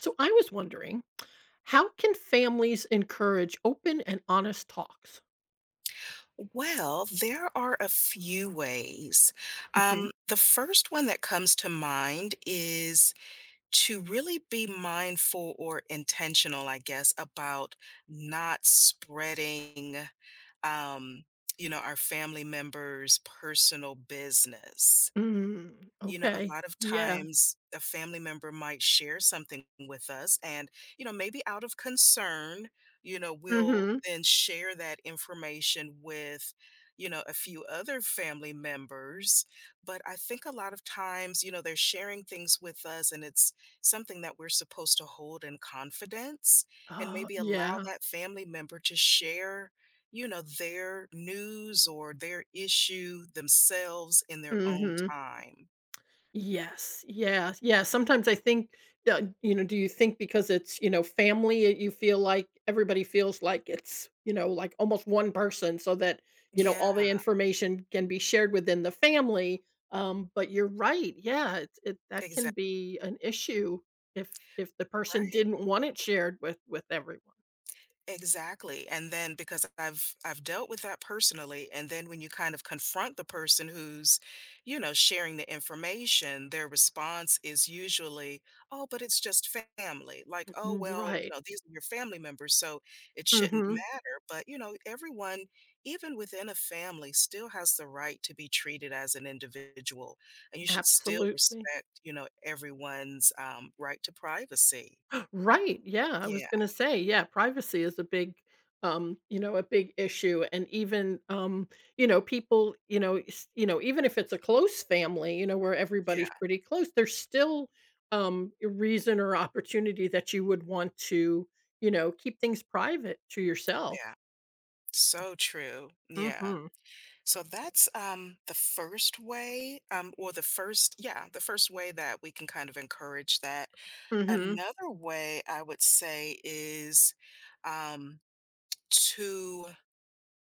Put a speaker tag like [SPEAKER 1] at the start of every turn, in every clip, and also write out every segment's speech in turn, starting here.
[SPEAKER 1] So I was wondering, how can families encourage open and honest talks?
[SPEAKER 2] Well, there are a few ways.
[SPEAKER 1] hmm
[SPEAKER 2] The first one that comes to mind is to really be mindful or intentional, I guess, about not spreading, um, our family members' personal business.
[SPEAKER 1] Mm,
[SPEAKER 2] A
[SPEAKER 1] okay.
[SPEAKER 2] lot of
[SPEAKER 1] Yeah.
[SPEAKER 2] times a family member might share something with us and, maybe out of concern, we'll
[SPEAKER 1] hmm
[SPEAKER 2] then share that information with, a few other family members. But I think a lot of times, they're sharing things with us, and it's something that we're supposed to hold in confidence, and
[SPEAKER 1] Oh,
[SPEAKER 2] maybe allow
[SPEAKER 1] yeah.
[SPEAKER 2] that family member to share their news or their issue themselves in their own
[SPEAKER 1] hmm
[SPEAKER 2] time.
[SPEAKER 1] Yes, yeah, yeah, sometimes I think do you think because family, y you feel like everybody feels like like almost one person so that
[SPEAKER 2] Yeah,
[SPEAKER 1] all the information can be shared within the family, but you're right, yeah, it that can
[SPEAKER 2] exactly.
[SPEAKER 1] be an issue if if the person
[SPEAKER 2] Right.
[SPEAKER 1] didn't want it shared with everyone.
[SPEAKER 2] Exactly. And then because I've dealt with that personally. And then when you kind of confront the person who's, sharing the information, their response is usually, "Oh, but it's just family." Like, "Oh,
[SPEAKER 1] Mm,
[SPEAKER 2] well, you
[SPEAKER 1] right.
[SPEAKER 2] know, these are your family members, so it shouldn't
[SPEAKER 1] Mhm.
[SPEAKER 2] matter." But, everyone, even within a family, still has the right to be treated as an individual, and you should still
[SPEAKER 1] Absolutely.
[SPEAKER 2] respect, everyone's right to privacy.
[SPEAKER 1] Right, yeah, I was
[SPEAKER 2] Yeah.
[SPEAKER 1] gonna say, yeah, privacy is a big, a big issue, and even, people, even if it's a close family, where
[SPEAKER 2] Yeah.
[SPEAKER 1] everybody's pretty close, there's still, a reason or opportunity that you would want to, keep things private to yourself.
[SPEAKER 2] Yeah, so true. Yeah.
[SPEAKER 1] Mhm,
[SPEAKER 2] So that's the first way, or the first, yeah, the first way that we can kind of encourage that.
[SPEAKER 1] mhm,
[SPEAKER 2] Another way I would say is um to,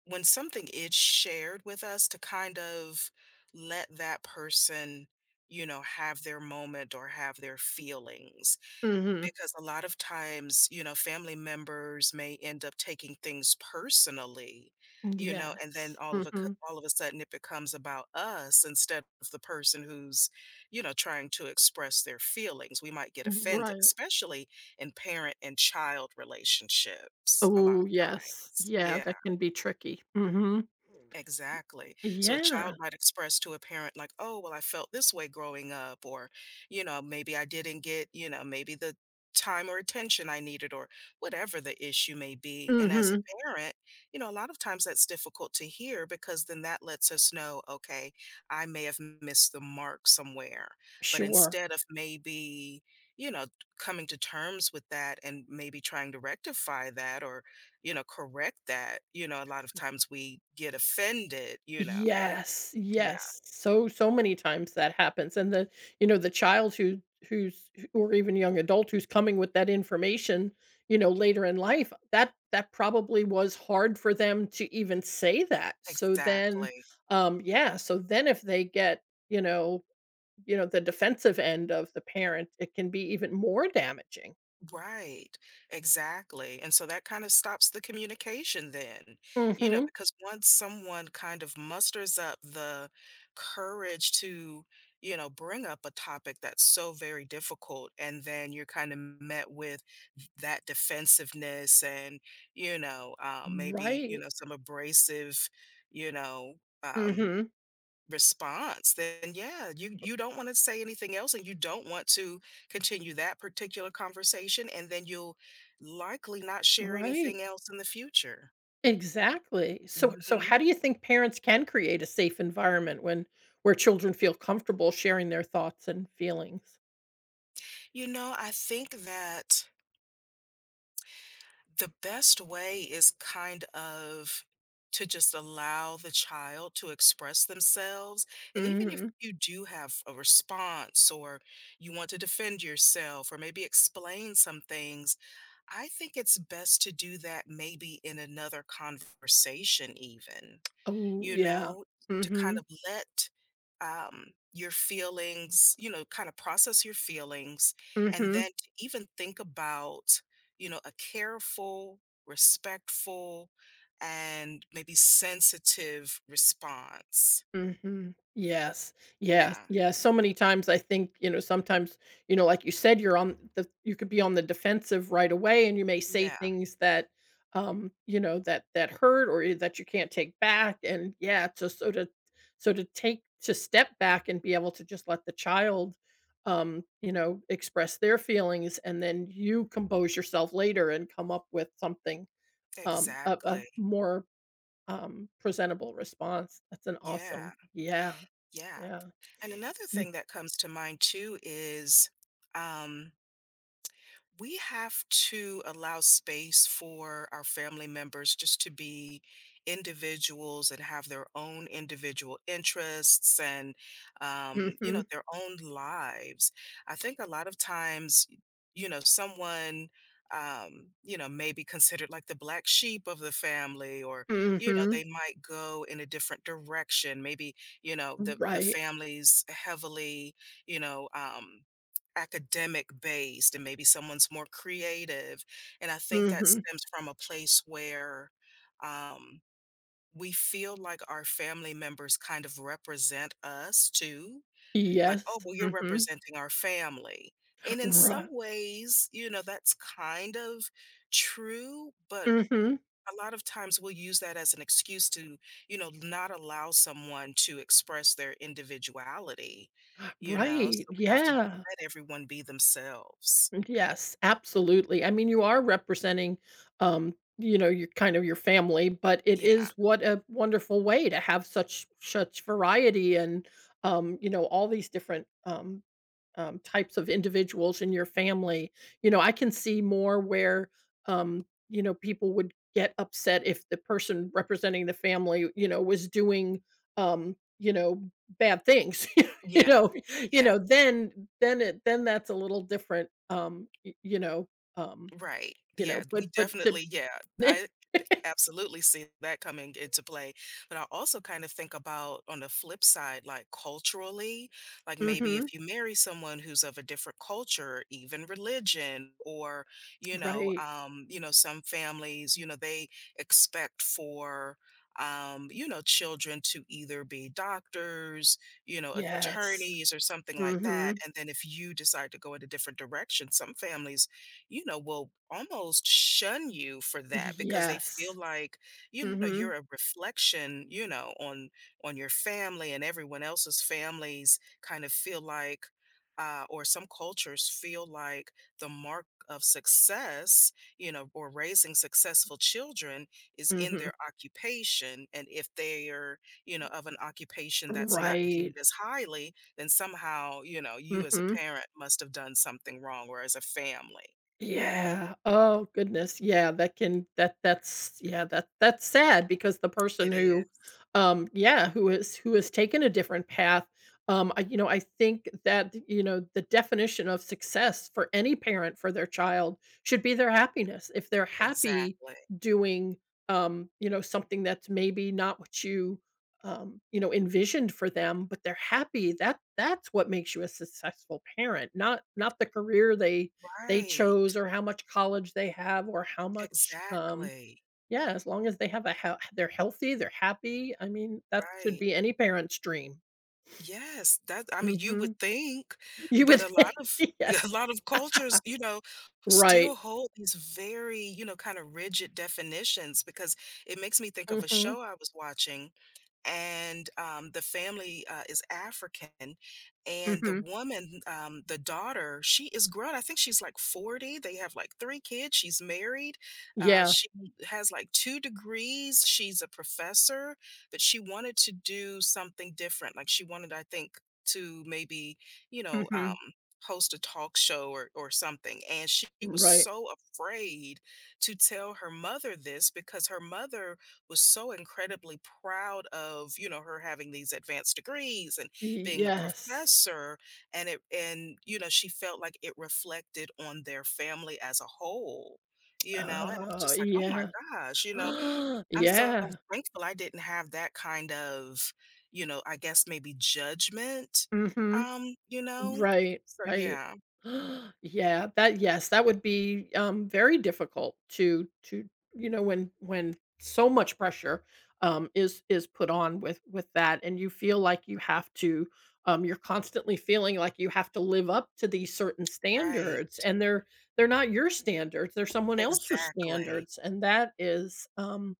[SPEAKER 2] when something is shared with us, to kind of let that person have their moment or have their feelings,
[SPEAKER 1] mhm.
[SPEAKER 2] because a lot of times, family members may end up taking things personally, and then
[SPEAKER 1] Yes, mhm.
[SPEAKER 2] all of a sudden it becomes about us instead of the person who's, trying to express their feelings. We might get offended,
[SPEAKER 1] Right.
[SPEAKER 2] especially in parent and child relationships a lot
[SPEAKER 1] Oh,
[SPEAKER 2] of
[SPEAKER 1] yes.
[SPEAKER 2] times.
[SPEAKER 1] Yeah,
[SPEAKER 2] Yeah.
[SPEAKER 1] that can be tricky. Mhm.
[SPEAKER 2] Exactly. So a
[SPEAKER 1] Yeah.
[SPEAKER 2] child might express to a parent like, "Oh, well, I felt this way growing up," or, "Maybe I didn't get, you know, maybe the time or attention I needed," or whatever the issue may be. And as a
[SPEAKER 1] Mhm.
[SPEAKER 2] parent, a lot of times that's difficult to hear, because then that lets us know, okay, I may have missed the mark somewhere. But
[SPEAKER 1] Sure.
[SPEAKER 2] instead of maybe, you know, coming to terms with that and maybe trying to rectify that, or correct that, a lot of times we get offended.
[SPEAKER 1] Yes,
[SPEAKER 2] Yeah,
[SPEAKER 1] yes. So, so many times that happens, and the child who who's or even young adult who's coming with that information, later in life, that that probably was hard for them to even say that. So then,
[SPEAKER 2] exactly.
[SPEAKER 1] yeah, so then if they get, you know the defensive end of the parent, it can be even more damaging.
[SPEAKER 2] Right. Exactly. And so that kind of stops the communication then,
[SPEAKER 1] Mhm.
[SPEAKER 2] because once someone kind of musters up the courage to, bring up a topic that's so very difficult, and then you're kind of met with that defensiveness and, maybe,
[SPEAKER 1] Right.
[SPEAKER 2] some abrasive, you know, um,
[SPEAKER 1] Mhm.
[SPEAKER 2] response. Then yeah, you don't want to say anything else, and you don't want to continue that particular conversation, and then you'll likely not share
[SPEAKER 1] Right.
[SPEAKER 2] anything else in the future.
[SPEAKER 1] Exactly. So so how
[SPEAKER 2] hmm
[SPEAKER 1] do you think parents can create a safe environment when where children feel comfortable sharing their thoughts and feelings?
[SPEAKER 2] I think that the best way is kind of to just allow the child to express themselves. And even if
[SPEAKER 1] Mhm.
[SPEAKER 2] you do have a response, or you want to defend yourself or maybe explain some things, I think it's best to do that maybe in another conversation even,
[SPEAKER 1] Oh,
[SPEAKER 2] you
[SPEAKER 1] yeah.
[SPEAKER 2] know, to kind
[SPEAKER 1] Mhm.
[SPEAKER 2] of let, um, your feelings, kind of process your feelings, and
[SPEAKER 1] Mhm.
[SPEAKER 2] then to even think about, a careful, respectful, and maybe sensitive response.
[SPEAKER 1] Mhm. Yes. Yes.
[SPEAKER 2] Yeah.
[SPEAKER 1] Yes. So many times I think, sometimes, like you said, you're on the you could be on the defensive right away and you may say
[SPEAKER 2] Yeah,
[SPEAKER 1] things that that that hurt or that you can't take back. And yeah, to so to so to take to step back and be able to just let the child express their feelings and then you compose yourself later and come up with something a
[SPEAKER 2] exactly.
[SPEAKER 1] more presentable response. That's an awesome
[SPEAKER 2] Yeah.
[SPEAKER 1] yeah.
[SPEAKER 2] Yeah.
[SPEAKER 1] Yeah.
[SPEAKER 2] And another
[SPEAKER 1] Mm.
[SPEAKER 2] thing that comes to mind too is, um we have to allow space for our family members just to be individuals and have their own individual interests and,
[SPEAKER 1] Mhm.
[SPEAKER 2] their own lives. I think a lot of times, someone, may be considered like the black sheep of the family, or,
[SPEAKER 1] Mhm.
[SPEAKER 2] they might go in a different direction. Maybe, the
[SPEAKER 1] Right.
[SPEAKER 2] family's heavily, you know, um, academic based, and maybe someone's more creative. And I think that
[SPEAKER 1] Mhm.
[SPEAKER 2] stems from a place where um, we feel like our family members kind of represent us too. Like, oh,
[SPEAKER 1] Yes.
[SPEAKER 2] well, you're
[SPEAKER 1] Mhm.
[SPEAKER 2] representing our family. And in some
[SPEAKER 1] Ri
[SPEAKER 2] ways, that's kind of true, but
[SPEAKER 1] mhm.
[SPEAKER 2] a lot of times we'll use that as an excuse to, not allow someone to express their individuality, you know?
[SPEAKER 1] Right.
[SPEAKER 2] So we have to
[SPEAKER 1] Yeah.
[SPEAKER 2] let everyone be themselves.
[SPEAKER 1] Yes, absolutely. I mean, you are representing, your kind of your family, but it
[SPEAKER 2] Yeah.
[SPEAKER 1] is what a wonderful way to have such such variety and all these different types of individuals in your family. You know, I can see more where um, people would get upset if the person representing the family, was doing um, you know bad things. you
[SPEAKER 2] Yeah.
[SPEAKER 1] know,
[SPEAKER 2] Yeah.
[SPEAKER 1] then it then that's a little different, y um,
[SPEAKER 2] Right.
[SPEAKER 1] you
[SPEAKER 2] Yeah.
[SPEAKER 1] know,
[SPEAKER 2] We
[SPEAKER 1] but to
[SPEAKER 2] definitely, yeah. I absolutely see that coming into play. But I also kind of think about on the flip side, like, culturally, like, maybe
[SPEAKER 1] Mhm.
[SPEAKER 2] if you marry someone who's of a different culture, even religion, or
[SPEAKER 1] Right.
[SPEAKER 2] some families, they expect for children to either be doctors,
[SPEAKER 1] Yes.
[SPEAKER 2] attorneys, or something like that.
[SPEAKER 1] Mhm.
[SPEAKER 2] And then if you decide to go in a different direction, some families will almost shun you for that, because they feel
[SPEAKER 1] Yes.
[SPEAKER 2] like,
[SPEAKER 1] Mhm.
[SPEAKER 2] you're a reflection, on your family, and everyone else's families kind of feel like or some cultures feel like the mark of success, or raising successful children is in
[SPEAKER 1] Mhm.
[SPEAKER 2] their occupation. And if they are, of an occupation that's not
[SPEAKER 1] Right.
[SPEAKER 2] deemed as highly, then somehow, you as a
[SPEAKER 1] Mhm.
[SPEAKER 2] parent must have done something wrong, or as a family.
[SPEAKER 1] Yeah. Oh, goodness. Yeah, that can that that's yeah, that that's sad because the person
[SPEAKER 2] It is.
[SPEAKER 1] who yeah, who is who has taken a different path, I think the definition of success for any parent for their child should be their happiness. If they're happy
[SPEAKER 2] Exactly.
[SPEAKER 1] doing something that's maybe not what you envisioned for them, but they're happy. That that's what makes you a successful parent, not not the career they
[SPEAKER 2] Right.
[SPEAKER 1] chose or how much college they have or how much,
[SPEAKER 2] Exactly.
[SPEAKER 1] yeah, as long as they have a hea they're healthy, they're happy, I mean, that should
[SPEAKER 2] Right.
[SPEAKER 1] be any parent's dream.
[SPEAKER 2] Yes, that I mean, you would
[SPEAKER 1] Mhm.
[SPEAKER 2] think,
[SPEAKER 1] You would
[SPEAKER 2] but a lot
[SPEAKER 1] think,
[SPEAKER 2] of a
[SPEAKER 1] yes.
[SPEAKER 2] lot of cultures, still
[SPEAKER 1] Right.
[SPEAKER 2] hold these very, kind of rigid definitions, because it makes me think of a
[SPEAKER 1] Mhm,
[SPEAKER 2] show I was watching. And the family is African, and the
[SPEAKER 1] mhm.
[SPEAKER 2] the daughter, she is grown. I think she's like 40. They have like three kids. She's married.
[SPEAKER 1] Yeah.
[SPEAKER 2] She has like two degrees. She's a professor, but she wanted to do something different. Like she wanted, I think, to maybe you know.
[SPEAKER 1] Mhm.
[SPEAKER 2] Um, host a talk show, or something, and she was
[SPEAKER 1] Right.
[SPEAKER 2] so afraid to tell her mother this, because her mother was so incredibly proud of, her having these advanced degrees and being a
[SPEAKER 1] Yes.
[SPEAKER 2] professor, and she felt like it reflected on their family as a whole. And I'm
[SPEAKER 1] Oh,
[SPEAKER 2] just like, "Oh my
[SPEAKER 1] yeah.
[SPEAKER 2] gosh," I'm so
[SPEAKER 1] Yeah.
[SPEAKER 2] thankful I didn't have that kind of, I guess maybe judgment,
[SPEAKER 1] Mhm.
[SPEAKER 2] you know?
[SPEAKER 1] Right,
[SPEAKER 2] So
[SPEAKER 1] right.
[SPEAKER 2] yeah,
[SPEAKER 1] Yeah, that yes, that would be, very difficult to you know, when so much pressure, is put on with that, and you feel like you have to, you're constantly feeling like you have to live up to these certain
[SPEAKER 2] right.
[SPEAKER 1] standards, and they're not your standards, they're someone else's
[SPEAKER 2] Exactly.
[SPEAKER 1] standards, and that is,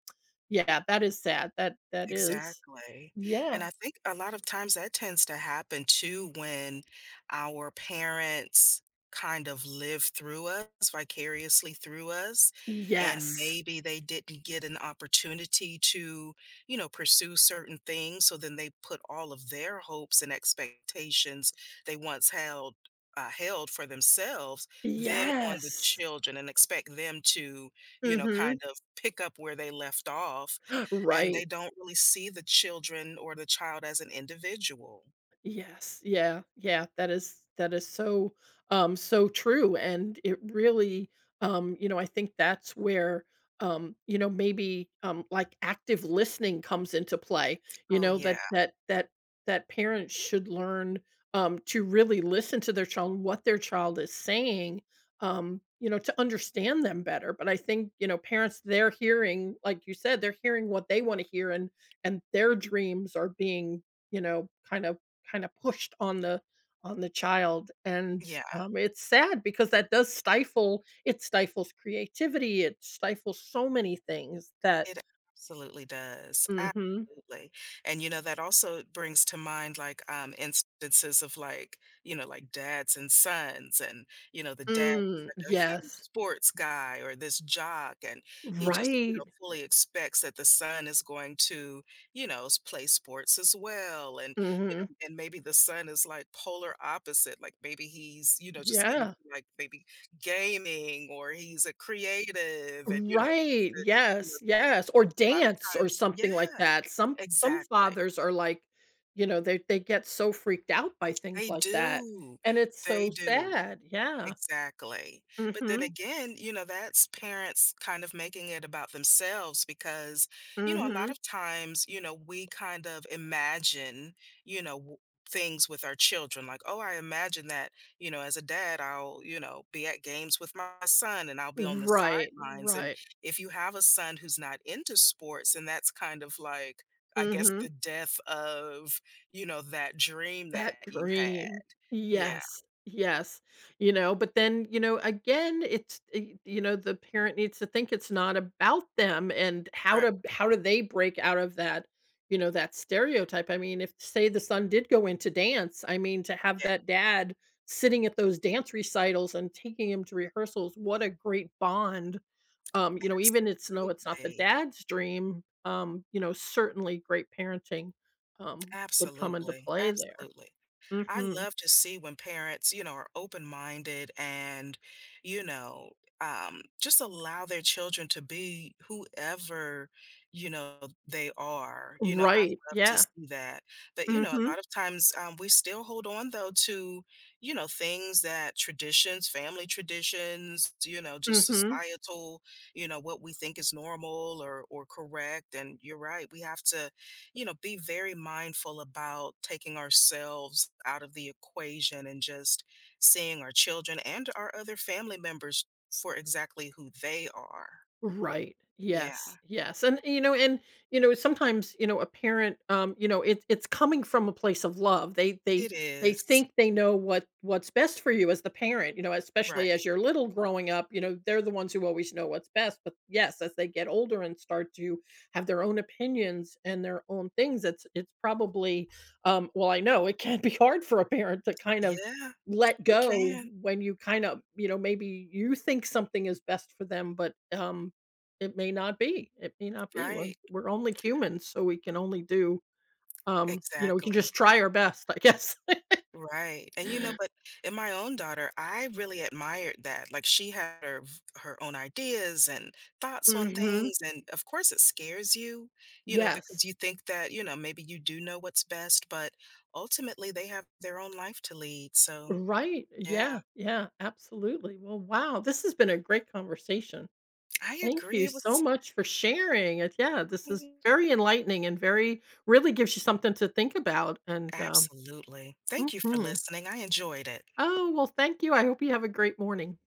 [SPEAKER 1] yeah, that is sad. That that is
[SPEAKER 2] Exactly,
[SPEAKER 1] yeah.
[SPEAKER 2] and I think a lot of times that tends to happen too, when our parents kind of live through us, vicariously through us, and
[SPEAKER 1] Yes.
[SPEAKER 2] maybe they didn't get an opportunity to, pursue certain things, so then they put all of their hopes and expectations they once held for themselves then on the
[SPEAKER 1] Yes.
[SPEAKER 2] children, and expect them to,
[SPEAKER 1] Mhm.
[SPEAKER 2] kind of pick up where they left off, and they
[SPEAKER 1] Right.
[SPEAKER 2] don't really see the children, or the child, as an individual.
[SPEAKER 1] Yes. Yeah. Yeah. That is so so true. And it really I think that's where you know, maybe like active listening comes into play,
[SPEAKER 2] Oh, yeah.
[SPEAKER 1] that that that that parents should learn to really listen to their child, and what their child is saying, to understand them better. But I think, parents they're hearing, like you said, they're hearing what they want to hear and their dreams are being kind of kinda pushed on the child, and,
[SPEAKER 2] Yeah.
[SPEAKER 1] it's sad because that does stifle it stifles creativity, it stifles so many things that
[SPEAKER 2] It absolutely does,
[SPEAKER 1] Mhm.
[SPEAKER 2] absolutely, and, that also brings to mind, like, instances of, like, like, dads and sons, and, the dad is,
[SPEAKER 1] Mm,
[SPEAKER 2] like, a huge
[SPEAKER 1] yes.
[SPEAKER 2] sports guy or this jock, and he just,
[SPEAKER 1] Right.
[SPEAKER 2] fully expects that the son is going to, you know, s play sports as well, and, you
[SPEAKER 1] Mhm.
[SPEAKER 2] know, and maybe the son is, like, polar opposite, like, maybe he's, just into,
[SPEAKER 1] Yeah.
[SPEAKER 2] like, maybe gaming, or he's a creative and, wants
[SPEAKER 1] Right,
[SPEAKER 2] to, you know
[SPEAKER 1] yes, yes, or
[SPEAKER 2] and a lot of
[SPEAKER 1] dance or
[SPEAKER 2] times,
[SPEAKER 1] something like
[SPEAKER 2] yeah,
[SPEAKER 1] that. Some
[SPEAKER 2] exactly.
[SPEAKER 1] fathers are like, they get so freaked out by things
[SPEAKER 2] They
[SPEAKER 1] like that,
[SPEAKER 2] do.
[SPEAKER 1] and it's
[SPEAKER 2] They
[SPEAKER 1] so
[SPEAKER 2] do.
[SPEAKER 1] sad, yeah.
[SPEAKER 2] Exactly. But then
[SPEAKER 1] Mhm,
[SPEAKER 2] again, that's parents kind of making it about themselves, because, a lot
[SPEAKER 1] mhm.
[SPEAKER 2] of times, we kind of imagine, you know, w- things with our children, like, oh, I imagine that, as a dad, I'll, be at games with my son, and I'll be on the
[SPEAKER 1] Right,
[SPEAKER 2] sidelines. And
[SPEAKER 1] right.
[SPEAKER 2] if you have a son who's not into sports, and that's kind of like, I guess,
[SPEAKER 1] Mhm.
[SPEAKER 2] the death of, that dream
[SPEAKER 1] That
[SPEAKER 2] that you had.
[SPEAKER 1] dream.
[SPEAKER 2] Yeah.
[SPEAKER 1] Yes. Yes. You know, but then, again, it's y you know, the parent needs to think it's not about them and how
[SPEAKER 2] Right.
[SPEAKER 1] to how do they break out of that, that stereotype. I mean, if say the son did go into dance, I mean, to have
[SPEAKER 2] Yeah.
[SPEAKER 1] that dad sitting at those dance recitals and taking him to rehearsals, what a great bond. Even it's no, it's not the
[SPEAKER 2] Absolutely,
[SPEAKER 1] dad's dream, certainly great parenting, would come into
[SPEAKER 2] absolutely,
[SPEAKER 1] play there.
[SPEAKER 2] absolutely. I
[SPEAKER 1] Mhm.
[SPEAKER 2] love to see when parents, are open-minded and, you know, just allow their children to be whoever, you know, they are. I
[SPEAKER 1] Right,
[SPEAKER 2] love to
[SPEAKER 1] yeah.
[SPEAKER 2] see that. But, a
[SPEAKER 1] Mhm,
[SPEAKER 2] lot of times we still hold on, though, to, things that traditions, family traditions, just
[SPEAKER 1] mhm.
[SPEAKER 2] societal, what we think is normal, or correct. And you're right, we have to be very mindful about taking ourselves out of the equation, and just seeing our children and our other family members for exactly who they are.
[SPEAKER 1] Right.
[SPEAKER 2] Yeah,
[SPEAKER 1] Yes. Yes. And sometimes, a parent, it. It's coming from a place of love.
[SPEAKER 2] it
[SPEAKER 1] They
[SPEAKER 2] is.
[SPEAKER 1] think they know what what's best for you as the parent, especially
[SPEAKER 2] Right.
[SPEAKER 1] as you're little growing up, they're the ones who always know what's best. But yes, as they get older and start to have their own opinions and their own things, it's probably well, I know it can be hard for a parent to kind of
[SPEAKER 2] Yeah,
[SPEAKER 1] let
[SPEAKER 2] you
[SPEAKER 1] go
[SPEAKER 2] can.
[SPEAKER 1] when you kind of you know maybe you think something is best for them but it may not be, it may not be.
[SPEAKER 2] Right.
[SPEAKER 1] We're only humans, so we can only do, we can
[SPEAKER 2] Exactly.
[SPEAKER 1] just try our best, I guess.
[SPEAKER 2] Right, and, but in my own daughter, I really admired that, like, she had her own ideas and thoughts on
[SPEAKER 1] Mhm.
[SPEAKER 2] things, and, of course, it scares you, because
[SPEAKER 1] Yes.
[SPEAKER 2] you think that, maybe you do know what's best, but ultimately, they have their own life to lead. So,
[SPEAKER 1] Right.
[SPEAKER 2] yeah,
[SPEAKER 1] Yeah, yeah, absolutely. Well, wow, this has been a great conversation.
[SPEAKER 2] I
[SPEAKER 1] Thank
[SPEAKER 2] agree,
[SPEAKER 1] you
[SPEAKER 2] it
[SPEAKER 1] so
[SPEAKER 2] was...
[SPEAKER 1] much for sharing it. Yeah, this is
[SPEAKER 2] Mm,
[SPEAKER 1] very enlightening and very really gives you something to think about
[SPEAKER 2] absolutely. Thank you for
[SPEAKER 1] mhm.
[SPEAKER 2] listening, I enjoyed it.
[SPEAKER 1] Oh, well, thank you. I hope you have a great morning.